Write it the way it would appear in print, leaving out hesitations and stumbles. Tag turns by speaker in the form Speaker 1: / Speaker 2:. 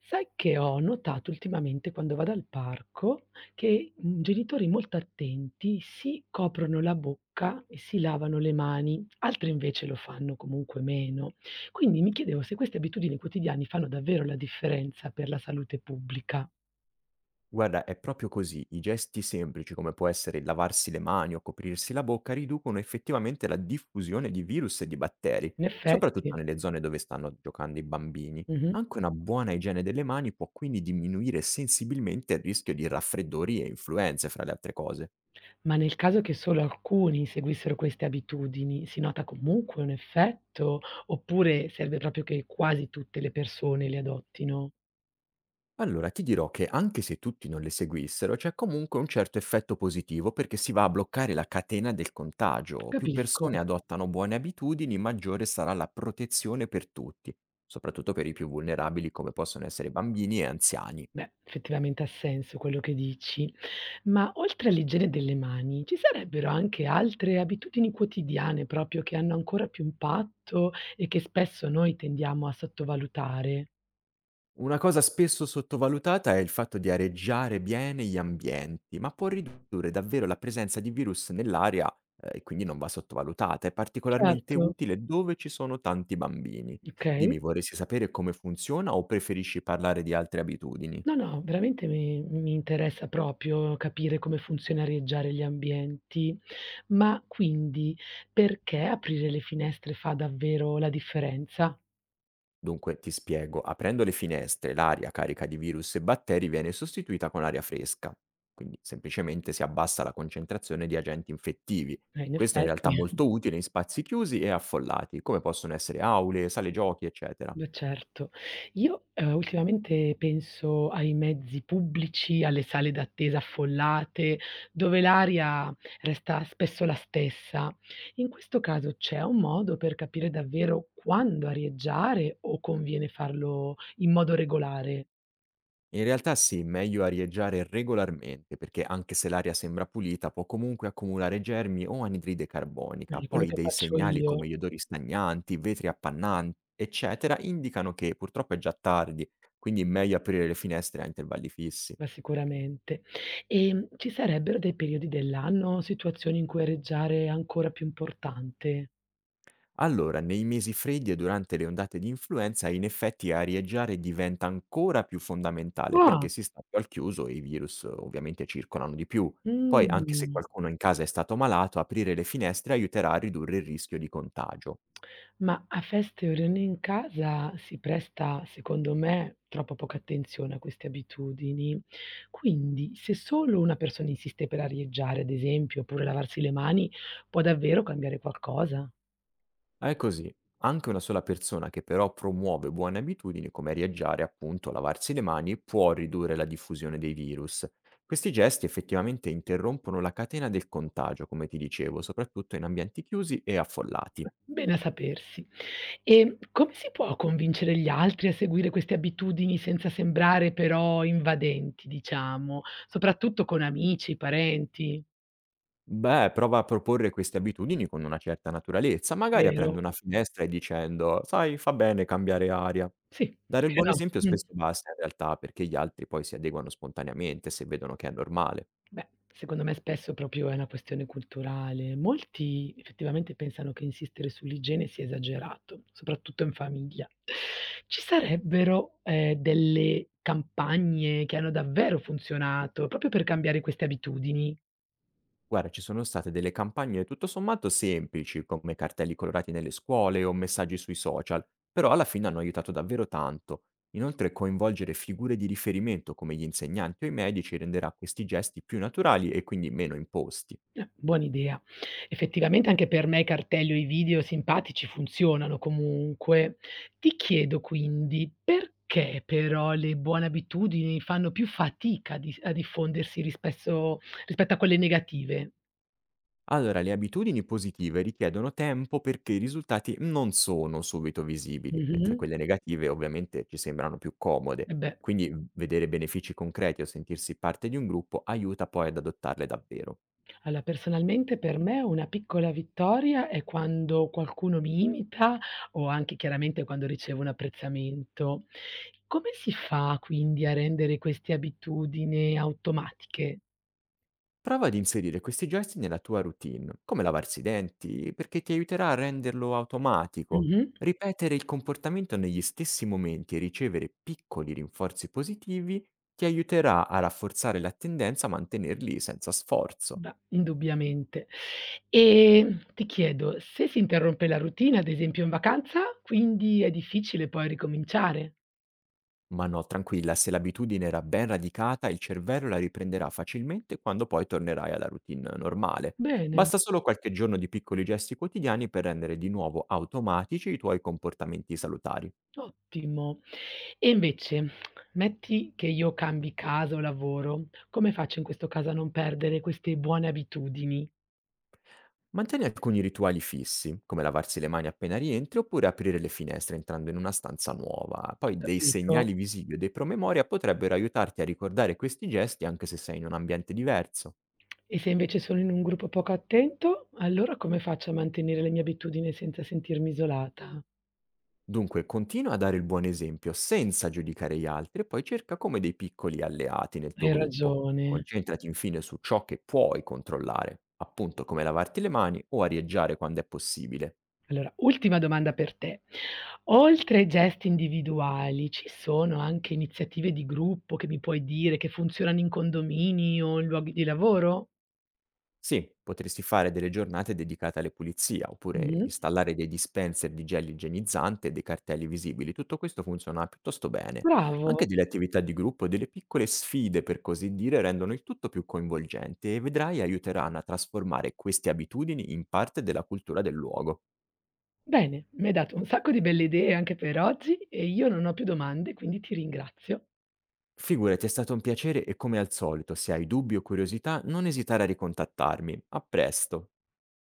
Speaker 1: Sai che ho notato ultimamente quando vado al parco che genitori molto attenti si coprono la bocca e si lavano le mani, altri invece lo fanno comunque meno. Quindi mi chiedevo se queste abitudini quotidiane fanno davvero la differenza per la salute pubblica.
Speaker 2: Guarda, è proprio così. I gesti semplici, come può essere il lavarsi le mani o coprirsi la bocca, riducono effettivamente la diffusione di virus e di batteri,
Speaker 1: In
Speaker 2: soprattutto
Speaker 1: effetti,
Speaker 2: nelle zone dove stanno giocando i bambini.
Speaker 1: mhm.
Speaker 2: Anche una buona igiene delle mani può quindi diminuire sensibilmente il rischio di raffreddori e influenze, fra le altre cose.
Speaker 1: Ma nel caso che solo alcuni seguissero queste abitudini, si nota comunque un effetto oppure serve proprio che quasi tutte le persone le adottino?
Speaker 2: Allora, ti dirò che anche se tutti non le seguissero, c'è comunque un certo effetto positivo perché si va a bloccare la catena del contagio. Più persone
Speaker 1: Capisco.
Speaker 2: adottano buone abitudini, maggiore sarà la protezione per tutti, soprattutto per i più vulnerabili come possono essere bambini e anziani.
Speaker 1: Beh, effettivamente ha senso quello che dici, ma oltre all'igiene delle mani, ci sarebbero anche altre abitudini quotidiane proprio che hanno ancora più impatto e che spesso noi tendiamo a sottovalutare?
Speaker 2: Una cosa spesso sottovalutata è il fatto di areggiare bene gli ambienti, ma può ridurre davvero la presenza di virus nell'aria, e quindi non va sottovalutata. È particolarmente
Speaker 1: Certo,
Speaker 2: utile dove ci sono tanti bambini.
Speaker 1: okay.
Speaker 2: Dimmi, vorresti sapere come funziona o preferisci parlare di altre abitudini?
Speaker 1: No, no, veramente mi interessa proprio capire come funzionarieggiare gli ambienti. Ma quindi perché aprire le finestre fa davvero la differenza?
Speaker 2: Dunque, ti spiego, aprendo le finestre, l'aria carica di virus e batteri viene sostituita con aria fresca, quindi semplicemente si abbassa la concentrazione di agenti infettivi.
Speaker 1: In
Speaker 2: Questo è in realtà
Speaker 1: effetti.
Speaker 2: molto utile in spazi chiusi e affollati, come possono essere aule, sale giochi, eccetera.
Speaker 1: Beh, certo. Io, ultimamente penso ai mezzi pubblici, alle sale d'attesa affollate, dove l'aria resta spesso la stessa. In questo caso c'è un modo per capire davvero quando arieggiare o conviene farlo in modo regolare?
Speaker 2: In realtà sì, meglio arieggiare regolarmente perché anche se l'aria sembra pulita può comunque accumulare germi o anidride carbonica.
Speaker 1: È quello
Speaker 2: Poi
Speaker 1: che
Speaker 2: dei
Speaker 1: faccio
Speaker 2: segnali
Speaker 1: io,
Speaker 2: come gli odori stagnanti, vetri appannanti, eccetera, indicano che purtroppo è già tardi, quindi meglio aprire le finestre a intervalli fissi.
Speaker 1: ma sicuramente. Ci sarebbero dei periodi dell'anno o situazioni in cui areggiare è ancora più importante?
Speaker 2: Allora, nei mesi freddi e durante le ondate di influenza, in effetti arieggiare diventa ancora più fondamentale
Speaker 1: Ah,
Speaker 2: perché si sta più al chiuso e i virus ovviamente circolano di più. Poi, anche se
Speaker 1: mh.
Speaker 2: qualcuno in casa è stato malato, aprire le finestre aiuterà a ridurre il rischio di contagio.
Speaker 1: Ma a feste o riunioni in casa si presta, secondo me, troppa poca attenzione a queste abitudini. Quindi, se solo una persona insiste per arieggiare, ad esempio, oppure lavarsi le mani, può davvero cambiare qualcosa?
Speaker 2: È così. Anche una sola persona che però promuove buone abitudini come arieggiare, appunto, lavarsi le mani, può ridurre la diffusione dei virus. Questi gesti effettivamente interrompono la catena del contagio, come ti dicevo, soprattutto in ambienti chiusi e affollati.
Speaker 1: Bene a sapersi. E come si può convincere gli altri a seguire queste abitudini senza sembrare però invadenti, diciamo, soprattutto con amici, parenti,
Speaker 2: Beh, prova a proporre queste abitudini con una certa naturalezza, magari aprendo
Speaker 1: vero?
Speaker 2: una finestra e dicendo: "Sai, fa bene cambiare aria".
Speaker 1: Sì,
Speaker 2: Dare il
Speaker 1: perché
Speaker 2: buon
Speaker 1: no?
Speaker 2: esempio
Speaker 1: Mm.
Speaker 2: spesso basta in realtà, perché gli altri poi si adeguano spontaneamente se vedono che è normale.
Speaker 1: Beh, secondo me spesso proprio è una questione culturale. Molti effettivamente pensano che insistere sull'igiene sia esagerato, soprattutto in famiglia. Ci sarebbero, delle campagne che hanno davvero funzionato proprio per cambiare queste abitudini?
Speaker 2: Guarda, ci sono state delle campagne tutto sommato semplici, come cartelli colorati nelle scuole o messaggi sui social, però alla fine hanno aiutato davvero tanto. Inoltre, coinvolgere figure di riferimento come gli insegnanti o i medici renderà questi gesti più naturali e quindi meno imposti.
Speaker 1: Buona idea. Effettivamente anche per me i cartelli o i video simpatici funzionano comunque. Ti chiedo quindi perché però le buone abitudini fanno più fatica a diffondersi rispesso rispetto a quelle negative?
Speaker 2: Allora, le abitudini positive richiedono tempo perché i risultati non sono subito visibili,
Speaker 1: Mh-mh.
Speaker 2: mentre quelle negative ovviamente ci sembrano più comode.
Speaker 1: Eh beh.
Speaker 2: Quindi vedere benefici concreti o sentirsi parte di un gruppo aiuta poi ad adottarle davvero.
Speaker 1: Allora, personalmente per me una piccola vittoria è quando qualcuno mi imita o anche chiaramente quando ricevo un apprezzamento. Come si fa quindi a rendere queste abitudini automatiche?
Speaker 2: Prova ad inserire questi gesti nella tua routine, come lavarsi i denti, perché ti aiuterà a renderlo automatico.
Speaker 1: Mh-mh.
Speaker 2: Ripetere il comportamento negli stessi momenti e ricevere piccoli rinforzi positivi ti aiuterà a rafforzare la tendenza a mantenerli senza sforzo.
Speaker 1: Beh, indubbiamente. Ti chiedo, se si interrompe la routine, ad esempio in vacanza, quindi è difficile poi ricominciare?
Speaker 2: Ma no, tranquilla, se l'abitudine era ben radicata, il cervello la riprenderà facilmente quando poi tornerai alla routine normale.
Speaker 1: Bene,
Speaker 2: Basta solo qualche giorno di piccoli gesti quotidiani per rendere di nuovo automatici i tuoi comportamenti salutari.
Speaker 1: ottimo. E invece, metti che io cambi casa o lavoro, come faccio in questo caso a non perdere queste buone abitudini?
Speaker 2: Mantieni alcuni rituali fissi, come lavarsi le mani appena rientri oppure aprire le finestre entrando in una stanza nuova. Poi dei
Speaker 1: Capito?
Speaker 2: segnali visivi o dei promemoria potrebbero aiutarti a ricordare questi gesti anche se sei in un ambiente diverso.
Speaker 1: E se invece sono in un gruppo poco attento, allora come faccio a mantenere le mie abitudini senza sentirmi isolata?
Speaker 2: Dunque, continua a dare il buon esempio senza giudicare gli altri e poi cerca come dei piccoli alleati nel tuo
Speaker 1: Hai
Speaker 2: gruppo.
Speaker 1: ragione.
Speaker 2: Concentrati infine su ciò che puoi controllare, appunto come lavarti le mani o arieggiare quando è possibile.
Speaker 1: Allora, ultima domanda per te. Oltre ai gesti individuali, ci sono anche iniziative di gruppo che mi puoi dire che funzionano in condomini o in luoghi di lavoro?
Speaker 2: Sì, potresti fare delle giornate dedicate alle pulizia, oppure
Speaker 1: Mh-mh.
Speaker 2: installare dei dispenser di gel igienizzante e dei cartelli visibili. Tutto questo funziona piuttosto bene. Anche
Speaker 1: Bravo,
Speaker 2: delle attività di gruppo e delle piccole sfide, per così dire, rendono il tutto più coinvolgente e vedrai aiuteranno a trasformare queste abitudini in parte della cultura del luogo.
Speaker 1: bene, mi hai dato un sacco di belle idee anche per oggi e io non ho più domande, quindi ti ringrazio.
Speaker 2: Figurati, è stato un piacere e come al solito, se hai dubbi o curiosità, non esitare a ricontattarmi. A presto!